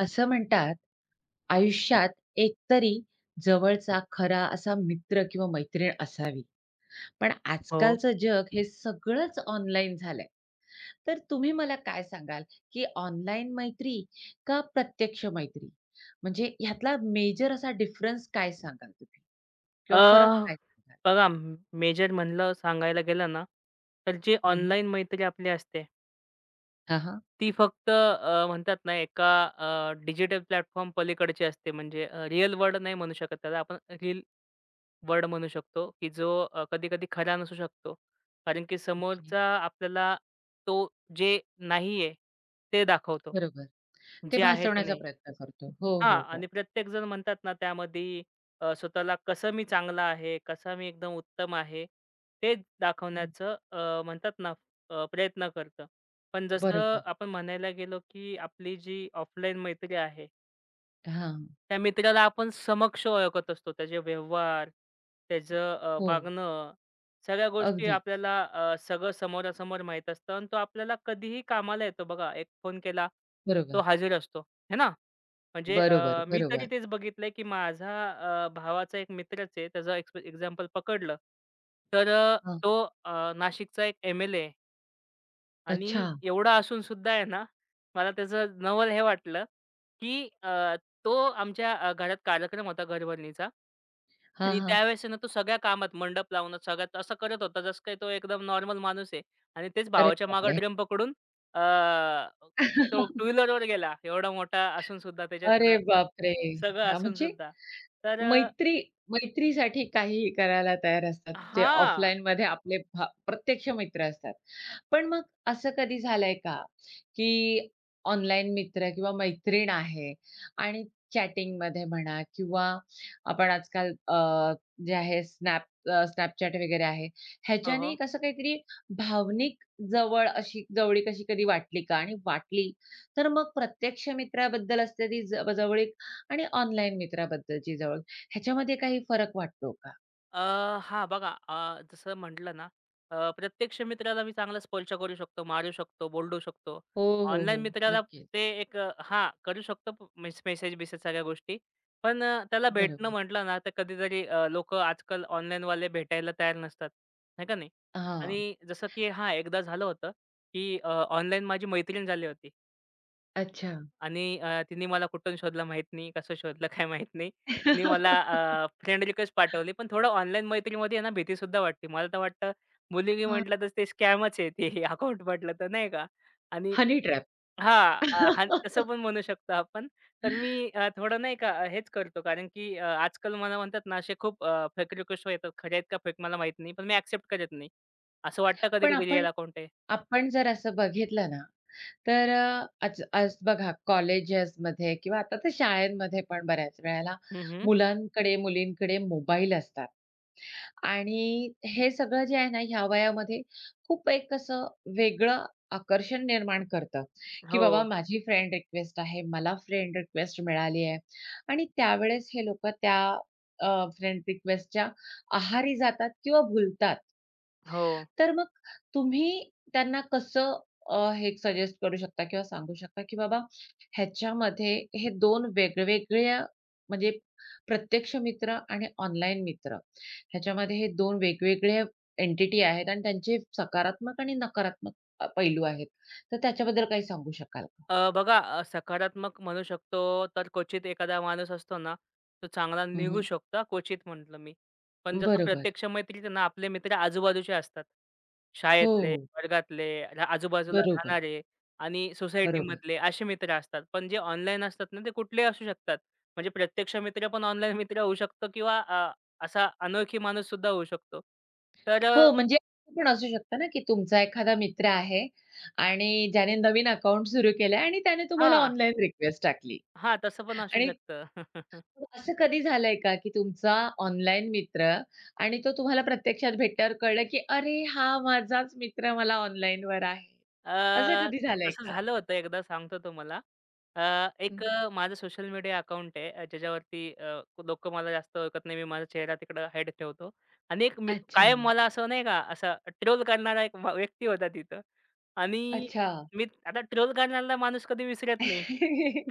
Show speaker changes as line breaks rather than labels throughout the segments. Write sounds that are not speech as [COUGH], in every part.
असं म्हणतात, आयुष्यात एकतरी जवळचा खरा असा मित्र किंवा मैत्रीण असावी. पण
हो.
आजकालचं जग हे सगळंच ऑनलाईन झालंय. तर तुम्ही मला काय सांगाल, की ऑनलाईन मैत्री का प्रत्यक्ष मैत्री? म्हणजे ह्यातला मेजर असा डिफरन्स काय सांगाल तुम्ही?
अ,
किंवा फरक काय सांगाल?
बघा, मेजर म्हणलं सांगायला गेलं ना, तर जी
हं, हं.
ऑनलाईन मैत्री आपली असते,
हां,
ती फक्त म्हणतात ना एका डिजिटल प्लॅटफॉर्म पलीकडची असते. म्हणजे रिअल वर्ल्ड नाही म्हणू शकत त्याला. आपण रील वर्ल्ड म्हणू शकतो, की जो कधी-कधी खरा नसू शकतो. कारण की
ओके.
समोरचा आपल्याला तो जे नाहीये, ते दाखवतो.
बरोबर. ते
जे आहे ते
भासवण्याचा
नाही.
प्रयत्न करतो. हो,
हां.
हो, हो.
आणि प्रत्येकजण म्हणतात ना, त्यामध्ये स्वतःला कसं मी चांगला आहे, कसं मी एकदम उत्तम आहे, ते
हं.
दाखवण्याचं म्हणतात ना, प्रयत्न करतं. पण जसं
बरोबर.
आपण म्हणायला गेलो, की आपली जी ऑफलाईन मैत्री आहे,
हां.
त्या मित्राला आपण समक्ष ओळखत असतो. त्याचे व्यवहार, त्याचं
हो.
वागणं, सगळ्या गोष्टी
अगदीच.
आपल्याला, सगळं समोरासमोर माहीत असतं आणि तो आपल्याला कधीही कामाला येतो बघा. एक फोन केला,
बरोबर.
तो हजर असतो, है ना? म्हणजे
बरोबर,
मी तरी
बरोबर.
तेच बघितलंय, की माझा भावाचा एक मित्रच आहे. त्याचं एक्झाम्पल पकडलं, तर
हां.
तो नाशिकचा एक MLA आहे
अच्छा.
आणि एवढा असून सुद्धा आहे ना, मला त्याचं नवल हे वाटलं, की तो आमच्या घरात कार्यक्रम होता घरभरणीचा.
हां,
आणि
हां.
त्यावेळेस आहे ना, तो सगळ्या कामात मंडप लावणं, सगळ्यात असं करत होता, जसं काही तो एकदम नॉर्मल माणूस आहे. आणि तेच
अरे
भावाच्या मागे
बापरे!
ड्रम पकडून अ, तो टू
[LAUGHS]
व्हीलरवर गेला. एवढा मोठा असून सुद्धा
अरे
त्याच्याकडं
बापरे!
सगळं
हां,
असून
म्हणजे
सुद्धा. तर
मैत्री मैत्रीसाठी काहीही करायला तयार असतात. जे
हां.
ऑफलाईनमध्ये आपले प्रत्यक्ष मित्र असतात. पण मग असं कधी झालंय का, की ऑनलाईन मित्र किंवा मैत्रीण आहे आणि चॅटिंगमध्ये म्हणा किंवा आपण आजकाल जे आहे स्नॅप अ, वगैरे आहे,
हो,
ह्याच्याने
हो.
कसं काहीतरी भावनिक जवळीक अशी कधी वाटली का? आणि वाटली तर मग प्रत्यक्ष मित्राबद्दल असलेली जवळीक आणि ऑनलाईन मित्राबद्दलची जवळीक, ह्याच्यामध्ये काही फरक वाटतो का?
अ, हां, बघा, जसं म्हटलं ना, प्रत्यक्ष मित्राला मी चांगला स्पर्श करू शकतो, मारू शकतो, बोलू शकतो.
हो, हो,
ऑनलाईन
हो.
मित्राला
नक्कीच.
ते एक, हां, करू शकतो, प मेस मेसेज-बिसेज सगळ्या गोष्टी. पण त्याला भेटणं
बरोबर.
म्हटलं ना, तर कधीतरी लोकं आजकाल ऑनलाईनवाले भेटायला तयार नसतात, आहे का नाही?
हां.
आणि जसं की हां, एकदा झालं होतं, की ऑनलाईन माझी मैत्रीण झाली होती.
अच्छा.
आणि तिने मला कुठून शोधलं माहीत नाही, कसं शोधलं काय माहीत नाही. तिने मला
[LAUGHS]
फ्रेंड रिक्वेस्ट पाठवली. पण थोडं ऑनलाईन मैत्रीमध्ये आहे ना भीतीसुद्धा वाटते. मला तर वाटतं मुलगी
हां.
म्हटलं तर ते स्कॅमच आहे, ते [LAUGHS] अकाउंट म्हटलं तर नाही का? आणि
हनी ट्रॅप.
हां, हां, तसं पण म्हणू शकतो आपण. तर मी थोडं नाही का हेच करतो, कारण की आजकाल मला म्हणतात ना असे खूप फेक रिक्वेस्ट येतात. खऱ्या आहेत का फेक मला माहीत नाही. पण मी एक्सेप्ट करत नाही. असं वाटतं
पण
कधी-कधी रिअल
आपण
अकाउंट आहे.
आपण जर असं बघितलं ना, तर आज आज बघा कॉलेजेसमध्ये किंवा आता तर शाळांमध्ये पण बऱ्याच वेळेला
हं, हं.
मुलांकडे, मुलींकडे मोबाईल असतात. आणि हे सगळं जे आहे ना, ह्या वयामध्ये खूप एक असं वेगळं आकर्षण निर्माण करतं, की बाबा
हो,
माझी फ्रेंड रिक्वेस्ट आहे, मला फ्रेंड रिक्वेस्ट मिळाली आहे आणि त्यावेळेस हे लोकं त्या अ, फ्रेंड रिक्वेस्टच्या आहारी जातात किंवा भुलतात.
हो.
तर मग तुम्ही त्यांना कसं हे सजेस्ट करू शकता किंवा सांगू शकता, की बाबा ह्याच्यामध्ये हे 2 वेगवेगळ्या म्हणजे प्रत्यक्ष मित्र आणि ऑनलाईन मित्र ह्याच्यामध्ये हे 2 वेगवेगळे एंटिटी आहेत आणि त्यांचे सकारात्मक आणि नकारात्मक पैलू आहेत. तर त्याच्याबद्दल काही सांगू शकाल का?
बघा, सकारात्मक म्हणू शकतो तर क्वचित एखादा माणूस असतो ना, तो चांगला निघू
हं,
शकतो, क्वचित म्हटलं मी. पण जसं
बरोबर.
प्रत्यक्ष मैत्रीत आहे ना, आपले मित्र आजूबाजूचे असतात.
हो,
शाळेतले,
हो.
वर्गातले, आजूबाजूला
बरोबर,
राहणारे आणि
बरोबर.
सोसायटीमधले असे मित्र असतात. पण जे ऑनलाईन असतात ना, ते कुठलेही असू शकतात. म्हणजे प्रत्यक्ष मित्र पण ऑनलाईन मित्र होऊ शकतो किंवा असा अनोळखी माणूससुद्धा होऊ शकतो. तर
हो, म्हणजे असं पण असू शकतं ना, की तुमचा एखादा मित्र आहे आणि ज्याने नवीन अकाउंट सुरू केलंय आणि त्याने तुम्हाला
हां,
ऑनलाईन रिक्वेस्ट टाकली
हां, तसं पण असू
आणि
शकतं. [LAUGHS]
असं कधी झालंय का, की तुमचा ऑनलाईन मित्र आणि तो तुम्हाला प्रत्यक्षात भेटल्यावर कळलं, की "अरे, हा माझाच मित्र मला ऑनलाईनवर आहे." असं
अ,
कधी झालंय
तसं
का?
झालं होतं एकदा, सांगतो तुम्हाला. अ, एक
हं.
माझं सोशल मीडिया अकाउंट आहे, ज्याच्यावरती लोकं मला जास्त ओळखत नाही. मी माझा चेहरा तिकडं हाईड ठेवतो आणि एक मी
अच्छा,
कायम मला असं नाही का, असा ट्रोल करणारा एक व्यक्ती होता तिथं, आणि
अच्छा.
मी आता ट्रोल करणारा माणूस कधी विसरत नाही.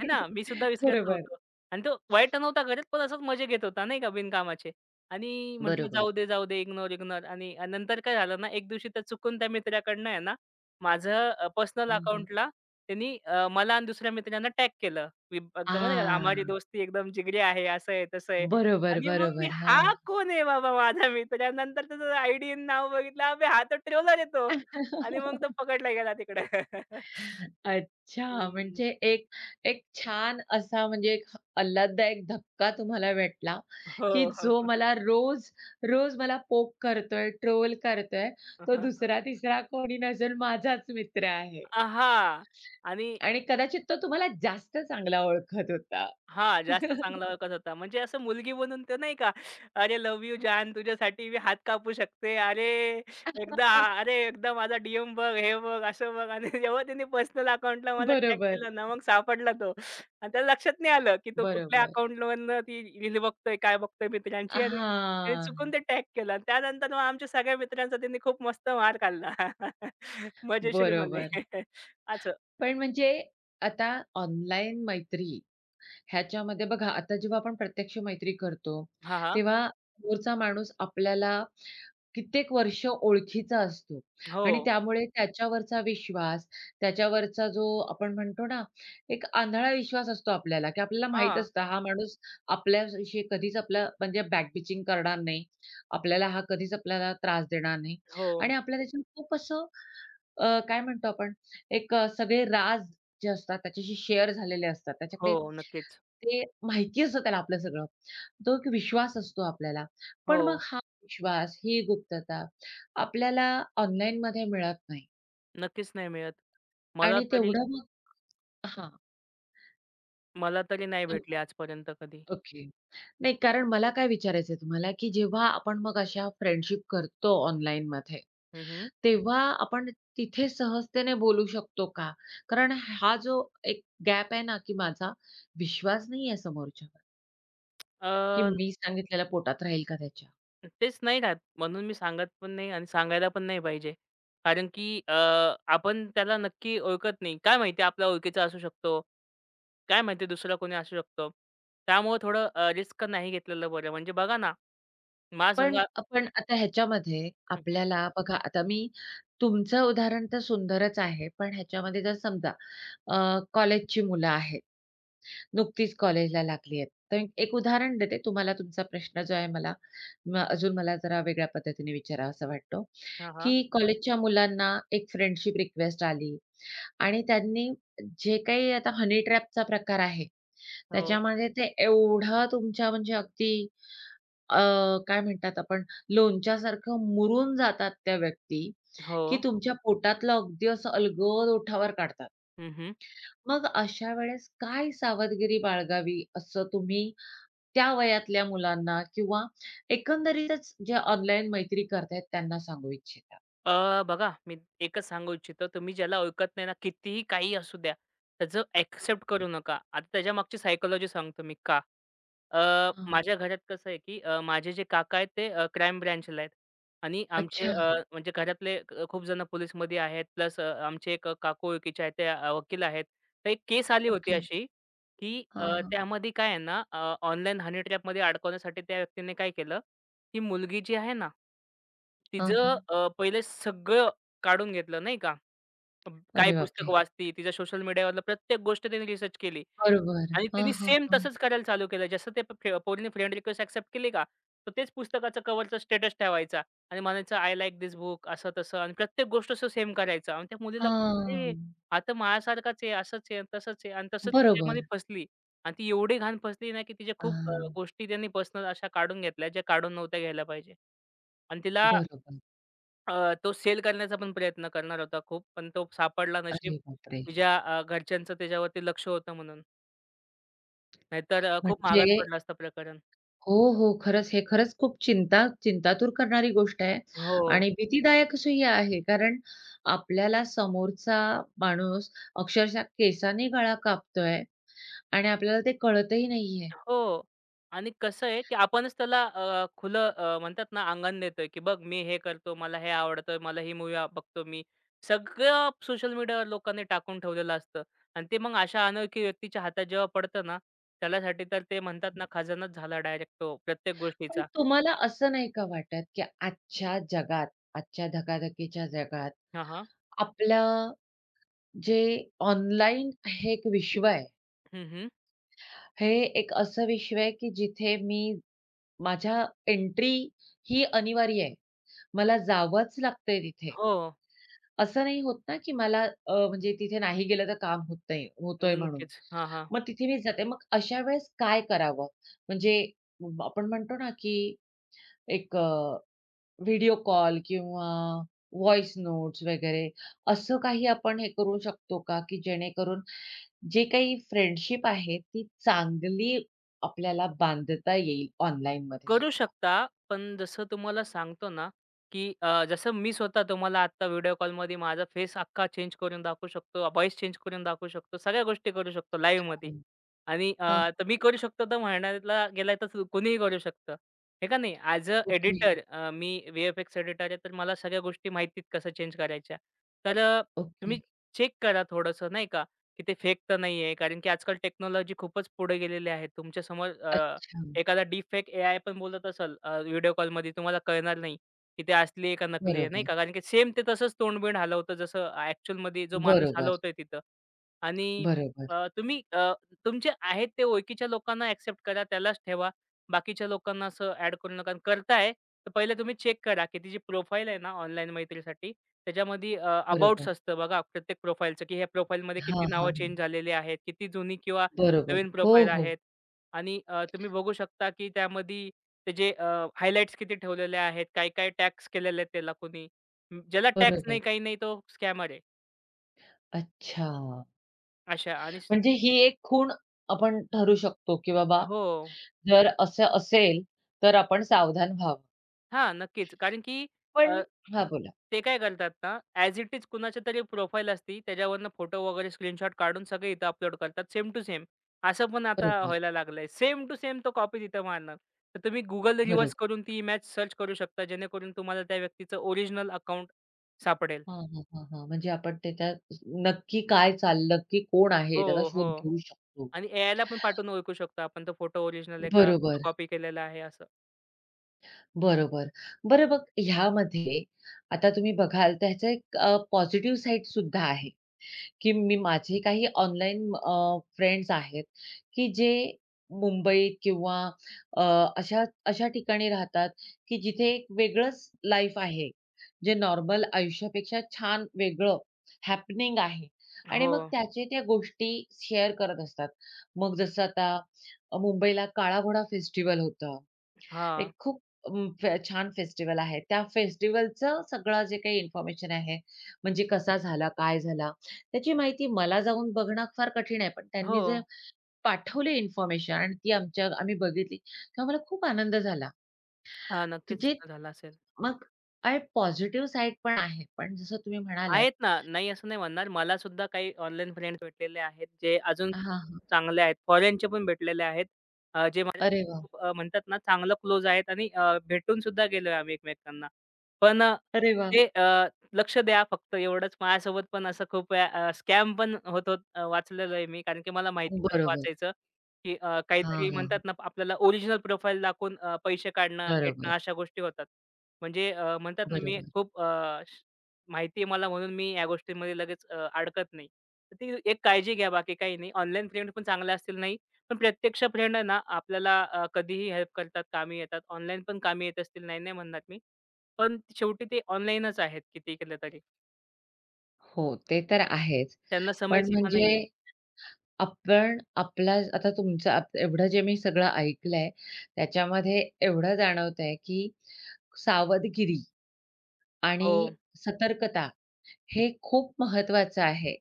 आहे ना, मी सुद्धा विसरत
बरोबर,
नव्हतो. आणि तो वाईट नव्हता करत, पण असंच मजे घेत होता नाही का बिनकामाचे. आणि म्हटलं
बरोबर.
जाऊ दे, जाऊ दे, इग्नोर, इग्नोर, आणि आणि नंतर काय झालं ना, एक दिवशी तर चुकून त्या मित्राकडनं आहे ना, माझं पर्सनल
हं, हं.
अकाउंटला त्यांनी, मला आणि दुसऱ्या मित्रांना टॅग केलं.
आ,
एकदम नाही का, "आम्हारी दोस्ती एकदम जिगरी आहे." असं आहे, तसं आहे.
बरोबर,
आणि मग मी,
बरोबर. हां.
"हा कोण आहे बाबा माझा मित्र?" नंतर त्याचं आयडी नाव बघितलं, "अबे, हा तर ट्रोलर आहे", आणि
[LAUGHS]
मग तो पकडला गेला तिकडे. [LAUGHS]
अच्छा.
हं.
म्हणजे एक एक छान असा म्हणजे एक आल्हाददायक धक्का तुम्हाला भेटला,
हो.
की जो
हो,
मला रोज, रोज मला पोक करतोय, ट्रोल करतोय, तो
हो.
दुसरा-तिसरा कोणी नसून माझाच मित्र आहे.
हां. आणि
आणि कदाचित तो तुम्हाला जास्त चांगला ओळखत होता.
हां, जास्त चांगला
[LAUGHS]
ओळखत होता. म्हणजे असं मुलगी बनून तर नाही का, "अरे लव्ह यू जान, तुझ्यासाठी मी हात कापू शकते. एकदा अरे एकदा माझा DM बघ, हे बघ, असं बघ." आणि [LAUGHS] जेव्हा त्याने पर्सनल अकाउंटला मला टॅग
बरोबर,
केलं ना, मग सापडला तो. आणि त्याला लक्षात नाही आलं, की तो कुठल्या
बरोबर.
अकाउंटवरनं ती रील बघतोय, काय बघतोय मित्रांची, आणि त्याने
हां.
चुकून ते टॅग केलं आणि त्यानंतर मग आमच्या सगळ्या मित्रांचा त्यांनी खूप मस्त मार खाल्ला. [LAUGHS] मजेशीर म्हणे.
बरोबर.
[LAUGHS] असं.
पण म्हणजे आता ऑनलाईन मैत्री ह्याच्यामध्ये बघा, आता जेव्हा आपण प्रत्यक्ष मैत्री करतो,
हां, हां.
तेव्हा समोरचा माणूस आपल्याला कित्येक वर्ष ओळखीचा असतो
हो.
आणि त्यामुळे त्याच्यावरचा विश्वास, त्याच्यावरचा जो आपण म्हणतो ना, एक आंधळा विश्वास असतो आपल्याला, की आपल्याला माहीत
हां.
असतं हा माणूस आपल्याशी कधीच आपला म्हणजे बॅक बिचिंग करणार नाही. आपल्याला हा कधीच आपल्याला त्रास देणार नाही
हो,
आणि आपल्या त्याच्यात खूप असं काय म्हणतो आपण एक सगळे राज जे असतात त्याच्याशी शेअर झालेले असतात.
हो.
त्याच्याकडे
नक्कीच.
ते माहिती असतं त्याला आपलं सगळं. तो एक विश्वास असतो आपल्याला.
हो.
पण मग हा विश्वास, ही गुप्तता आपल्याला ऑनलाईनमध्ये मिळत नाही
नक्कीच नाही मिळत. मला
आणि
तरी
तेवढं मग हां.
मला तरी नाही
तर
भेटली आजपर्यंत कधी.
ओके. नाही कारण मला काय विचारायचंय तुम्हाला, की जेव्हा आपण मग अशा फ्रेंडशिप करतो ऑनलाईनमध्ये,
हं, हं.
तेव्हा आपण तिथे सहजतेने बोलू शकतो का? कारण हा जो एक गॅप आहे ना, की माझा विश्वास नाहीये समोरच्यावर, की मी सांगितलेलं पोटात राहील का त्याच्या?
तेच नाही राहत म्हणून मी सांगत पण नाही, आणि सांगायला पण नाही पाहिजे. कारण की आपण त्याला नक्की ओळखत नाही. काय माहिती आपल्या ओळखीचा असू शकतो. काय माहिती दुसरा कोणी असू शकतो. त्यामुळे थोडं रिस्क नाही घेतलेलं बरं. म्हणजे बघा ना, माझ्या संग.
पण पण आता ह्याच्यामध्ये
हं, हं.
आपल्याला बघा आता मी तुमचं उदाहरण तर सुंदरच आहे. पण ह्याच्यामध्ये जर समजा कॉलेजची मुलं आहेत. नुकतीच कॉलेजला लागली आहेत. तर एक उदाहरण देते तुम्हाला तुमचा प्रश्न जो आहे मला अजून मला जरा वेगळ्या पद्धतीने विचारावासा वाटतो, की कॉलेजच्या मुलांना एक फ्रेंडशिप रिक्वेस्ट आली आणि त्यांनी जे काही आता हनी ट्रॅपचा प्रकार आहे,
हो,
त्याच्यामध्ये ते एवढं तुमच्या म्हणजे अगदी अ, काय म्हणतात आपण लोणच्यासारखं मुरून जातात त्या व्यक्ती,
हो.
की तुमच्या पोटातलं अगदी असं अलगद ओठावर काढतात.
हं,
मग अशा वेळेस काय सावधगिरी बाळगावी असं तुम्ही त्या वयातल्या मुलांना किंवा एकंदरीतच जे ऑनलाईन मैत्री करतायत त्यांना सांगू इच्छिता?
बघा, मी एकच सांगू इच्छितो, तुम्ही ज्याला ओळखत नाही ना, कितीही काही असू द्या, त्याचं ॲक्सेप्ट करू नका. आता त्याच्यामागची सायकॉलॉजी सांगतो मी का. अ,
हां.
माझ्या घरात कसं आहे, की माझे जे काका आहेत ते क्राईम ब्रँचला आहेत, आणि आमचे,
अच्छा.
म्हणजे घरातले खूप जण पोलिसमध्ये आहेत. प्लस आमचे एक काकू ओळखीचे आहेत, ते वकील आहेत. तर एक केस आली होती
ओके.
अशी, की
हां, हां.
त्यामध्ये काय आहे ना, ऑनलाईन हनी ट्रॅपमध्ये अडकवण्यासाठी त्या व्यक्तीने काय केलं, ती मुलगी जी आहे ना
हां,
तिचं
हां.
पहिले सगळं काढून घेतलं नाही का. काय
अरे
पुस्तक
बापरे!
वाचती, तिच्या सोशल मीडियावरलं प्रत्येक गोष्ट तिने रिसर्च केली,
बरोबर.
आणि
हां,
तिने
हां,
सेम
हां.
तसंच करायला चालू केलं. जसं ते पोरीने फ्रेंड रिक्वेस्ट एक्सेप्ट केली का, तर तेच पुस्तकाचं कव्हरचा स्टेटस ठेवायचा आणि म्हणायचं, "आय लाइक धिस बुक" असं-तसं, आणि प्रत्येक गोष्ट असं सेम करायचं, आणि त्या मुलीला,
हां.
"अरे! हा माझ्यासारखाच आहे, असंच आहे, तसंच आहे", आणि तसंच ती त्यामध्ये
बरोबर.
फसली. आणि ती एवढी घाण फसली ना, की तिच्या खूप
हां.
गोष्टी त्यांनी पर्सनल अशा काढून घेतल्या, ज्या काढून नव्हत्या घ्यायला पाहिजे, आणि तिला
बरोबर.
तो सेल करण्याचा पण प्रयत्न करणार होता खूप, पण तो सापडला, नशीब
अरे बापरे!
तुझ्या घरच्यांचं त्याच्यावरती लक्ष होतं म्हणून. नाहीतर खूप महागात
म्हणजे
पडलं असतं प्रकरण.
हो, हो. खरंच खूप चिंतातूर करणारी गोष्ट आहे
हो.
आणि भीतीदायक अशी ही आहे. कारण आपल्याला समोरचा माणूस अक्षरशः केसाने गळा कापतोय आणि आपल्याला ते कळतही नाहीये.
हो. आणि कसं आहे, की आपणच त्याला खुलं म्हणतात ना अंगण देतोय, की बघ मी हे करतो, मला हे आवडतं, मला ही मूव्ही बघतो मी. सगळं सोशल मीडियावर लोकांनी टाकून ठेवलेलं असतं, आणि ते मग अशा अनोळखी व्यक्तीच्या हातात जेव्हा पडतं ना, त्यालासाठी तर ते म्हणतात ना खजानाच झाला डायरेक्ट तो प्रत्येक
पण
गोष्टीचा.
तुम्हाला असं नाही का वाटत, की आजच्या धकाधकीच्या जगात
हां, हां.
आपलं जे ऑनलाईन
हं, हं.
हे एक असं विश्व आहे, की जिथे मी माझ्या एंट्री ही अनिवार्य आहे. मला जावंच लागतंय तिथे.
हो.
असं नाही होत ना, की मला म्हणजे तिथे नाही गेलं तर काम होत नाही होतोय म्हणून.
नक्कीच. हां, हां.
मग तिथे मी जाते. मग अशा वेळेस काय करावं? म्हणजे आपण म्हणतो ना, की एक व्हिडिओ कॉल किंवा व्हॉईस नोट्स वगैरे असं काही आपण हे करू शकतो का, की जेणेकरून जे काही फ्रेंडशिप आहे ती चांगली आपल्याला बांधता येईल ऑनलाईनमध्ये
करू
सुद्धा?
शकता, पण जसं तुम्हाला सांगतो ना, की जसं मी स्वतः तुम्हाला आत्ता व्हिडिओ कॉलमध्ये माझा फेस अख्खा चेंज करून दाखवू शकतो, व्हॉईस चेंज करून दाखवू शकतो, सगळ्या गोष्टी करू शकतो लाईव्हमध्ये.
हं.
आणि
हां.
तर मी करू शकतो तर म्हणायला गेलाय तर कोणीही करू शकतं. हे का नाही? ॲज अ
ओके,
एडिटर, मी VFX एडिटर आहे, तर मला सगळ्या गोष्टी माहिती कसं चेंज करायच्या. तर
ओके.
तुम्ही चेक करा थोडंसं नाही का, की ते फेक तर नाहीये. कारण की आजकाल टेक्नॉलॉजी खूपच पुढे गेलेली आहे. तुमच्यासमोर
अच्छा.
एखादा डीपफेक AI पण बोलत असेल, व्हिडिओ कॉलमध्ये तुम्हाला कळणार नाही, की ते असली आहे का नकली आहे, नाही
बरोबर,
का. कारण की सेम ते तसंच तोंड हलवतं जसं ॲक्चुअलमध्ये जो माणूस
बरोबर,
हलवतोय तिथं. आणि
बरोबर,
तुम्ही, तुमचे आहेत ते ओळखीच्या लोकांना ॲक्सेप्ट करा, त्यालाच ठेवा. बाकीच्या लोकांना असं ॲड करू नका, आणि करताय, तर पहिलं तुम्ही चेक करा, की ती जी प्रोफाईल आहे ना ऑनलाईन मैत्रीसाठी, त्याच्यामध्ये
बरोबर.
अबाउट्स असतं बघा प्रत्येक प्रोफाईलचं, की ह्या प्रोफाईलमध्ये
हां,
किती
हां,
नावं चेंज
हां.
झालेली आहेत, किती जुनी किंवा
बरोबर.
नवीन
हो,
प्रोफाईल
हो.
आहेत. आणि तुम्ही बघू शकता, की त्यामध्ये त्याचे हायलाइट्स किती ठेवलेले आहेत. काय-काय टॅग्स केलेले आहेत त्याला कोणी. ज्याला टॅग्स
बरोबर.
नाही, काही नाही तो स्कॅमर आहे.
अच्छा.
अशा आणि
म्हणजे ही एक खूण आपण ठरू शकतो, की बाबा
हो.
जर असं असेल, तर आपण सावधान व्हावं.
हां, नक्कीच. कारण की
पण
अ,
हां, बोला.
ते काय करतात ना, ॲज इट इज कुणाची तरी प्रोफाईल असती. त्याच्यावरनं फोटो वगैरे स्क्रीनशॉट काढून सगळे इथं अपलोड करतात सेम टू सेम. असं पण आता
बरोबर,
व्हायला लागलंय. सेम टू सेम तो कॉपी तिथं मारणार. तर तुम्ही Google रिव्हर्स
बरोबर.
करून ती इमेज सर्च करू शकता, जेणेकरून तुम्हाला त्या व्यक्तीचं ओरिजिनल अकाउंट सापडेल.
हां, हां, हां, हां. म्हणजे आपण त्याच्यात नक्की काय चाललं, नक्की कोण आहे त्याचा
हो,
शोध
हो.
घेऊ शकतो.
आणि एआयला पण पाठवून ओळखू शकतो आपण तो फोटो ओरिजिनल आहे का?
बरोबर,
कुठं कॉपी केलेला आहे असं.
बरोबर. बरं मग ह्यामध्ये आता तुम्ही बघाल त्याचा एक पॉझिटिव्ह साइड सुद्धा आहे. की मी माझे काही ऑनलाईन फ्रेंड्स आहेत, की जे मुंबईत किंवा अ, अशा अशा ठिकाणी राहतात, की जिथे एक वेगळंच लाईफ आहे. जे नॉर्मल आयुष्यापेक्षा छान वेगळं हॅपनिंग आहे आणि
हो.
मग त्याचे त्या गोष्टी शेअर करत असतात. मग जसं आता मुंबईला काळा घोडा फेस्टिव्हल होतं.
हां.
एक खूप अं, फे छान फेस्टिव्हल आहे. त्या फेस्टिव्हलचं सगळं जे काही इन्फॉर्मेशन आहे, म्हणजे कसा झाला, काय झाला, त्याची माहिती मला जाऊन बघणं फार कठीण आहे. पण
हो.
त्यांनी जे पाठवली इन्फॉर्मेशन आणि ती आम्ही बघितली, तेव्हा मला खूप आनंद झाला.
हां, नक्कीच
म्हणजे
झाला असेल.
मग काय पॉझिटिव्ह साइड पण आहे. पण जसं तुम्ही म्हणालात
आहेत ना, नाही असं नाही म्हणणार. मला सुद्धा काही ऑनलाईन फ्रेंड्स भेटलेले आहेत, जे अजून
हां, हां.
चांगले आहेत. फॉरेनचे पण भेटलेले आहेत. जे माझ्या
अरे वाह!
खूप म्हणतात ना, चांगलं क्लोज आहेत, आणि भेटून सुद्धा गेलोय आम्ही एकमेकांना. पण
अरे वाह!
ते, लक्ष द्या फक्त एवढंच. माझ्यासोबत पण असं खूप स्कॅम पण होत होत वाचलेलं आहे मी. कारण की मला माहिती कसं
बरोबर.
वाचायचं, की
हां,
काहीतरी
हां.
म्हणतात ना, आपल्याला ओरिजिनल प्रोफाईल दाखवून पैसे काढणं,
बरोबर,
भेटणं अशा गोष्टी होतात. म्हणजे म्हणतात ना, मी
बरोबर.
खूप माहिती आहे मला म्हणून मी या गोष्टींमध्ये लगेच अडकत नाही. तर ती एक काळजी घ्या, बाकी काही नाही. ऑनलाईन फ्रेंड पण चांगल्या असतील नाही. पण प्रत्यक्ष फ्रेंड ना आपल्याला कधीही हेल्प करतात, कामी येतात. ऑनलाईन पण कामी येत असतील, नाही, नाही म्हणणार मी. पण शेवटी ते ऑनलाईनच आहेत किती केलं तरी.
हो, ते तर आहेच.
त्यांना
पण
समयसीमा
म्हणजे
नाहीये.
आपण आपला आता तुमचं आप एवढं जे मी सगळं ऐकलंय, त्याच्यामध्ये एवढं जाणवतंय, की सावधगिरी आणि
हो,
सतर्कता हे खूप महत्त्वाचं आहे.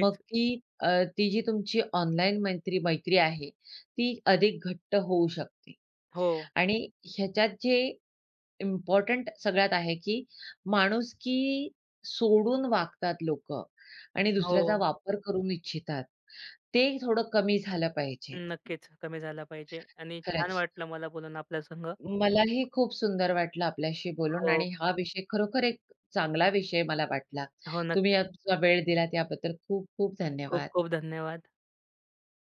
मग ती जी तुमची ऑनलाईन मैत्री मैत्री आहे, ती अधिक घट्ट होऊ शकते.
हो,
आणि ह्याच्यात जे इम्पोर्टंट सगळ्यात आहे, की माणुसकी सोडून वागतात लोकं आणि
हो.
दुसऱ्याचा वापर करून इच्छितात. ते थोडं कमी झालं पाहिजे.
नक्कीच कमी झाला पाहिजे आणि छान
खरंच.
वाटलं मला बोलून आपल्या संग.
मलाही खूप सुंदर वाटलं आपल्याशी बोलून
हो,
आणि हा विषय खरोखर एक चांगला विषय मला वाटला.
हो,
तुम्ही
नक्कीच.
आमचा वेळ दिला त्याबद्दल खूप खूप
खूप
धन्यवाद.
खूप धन्यवाद.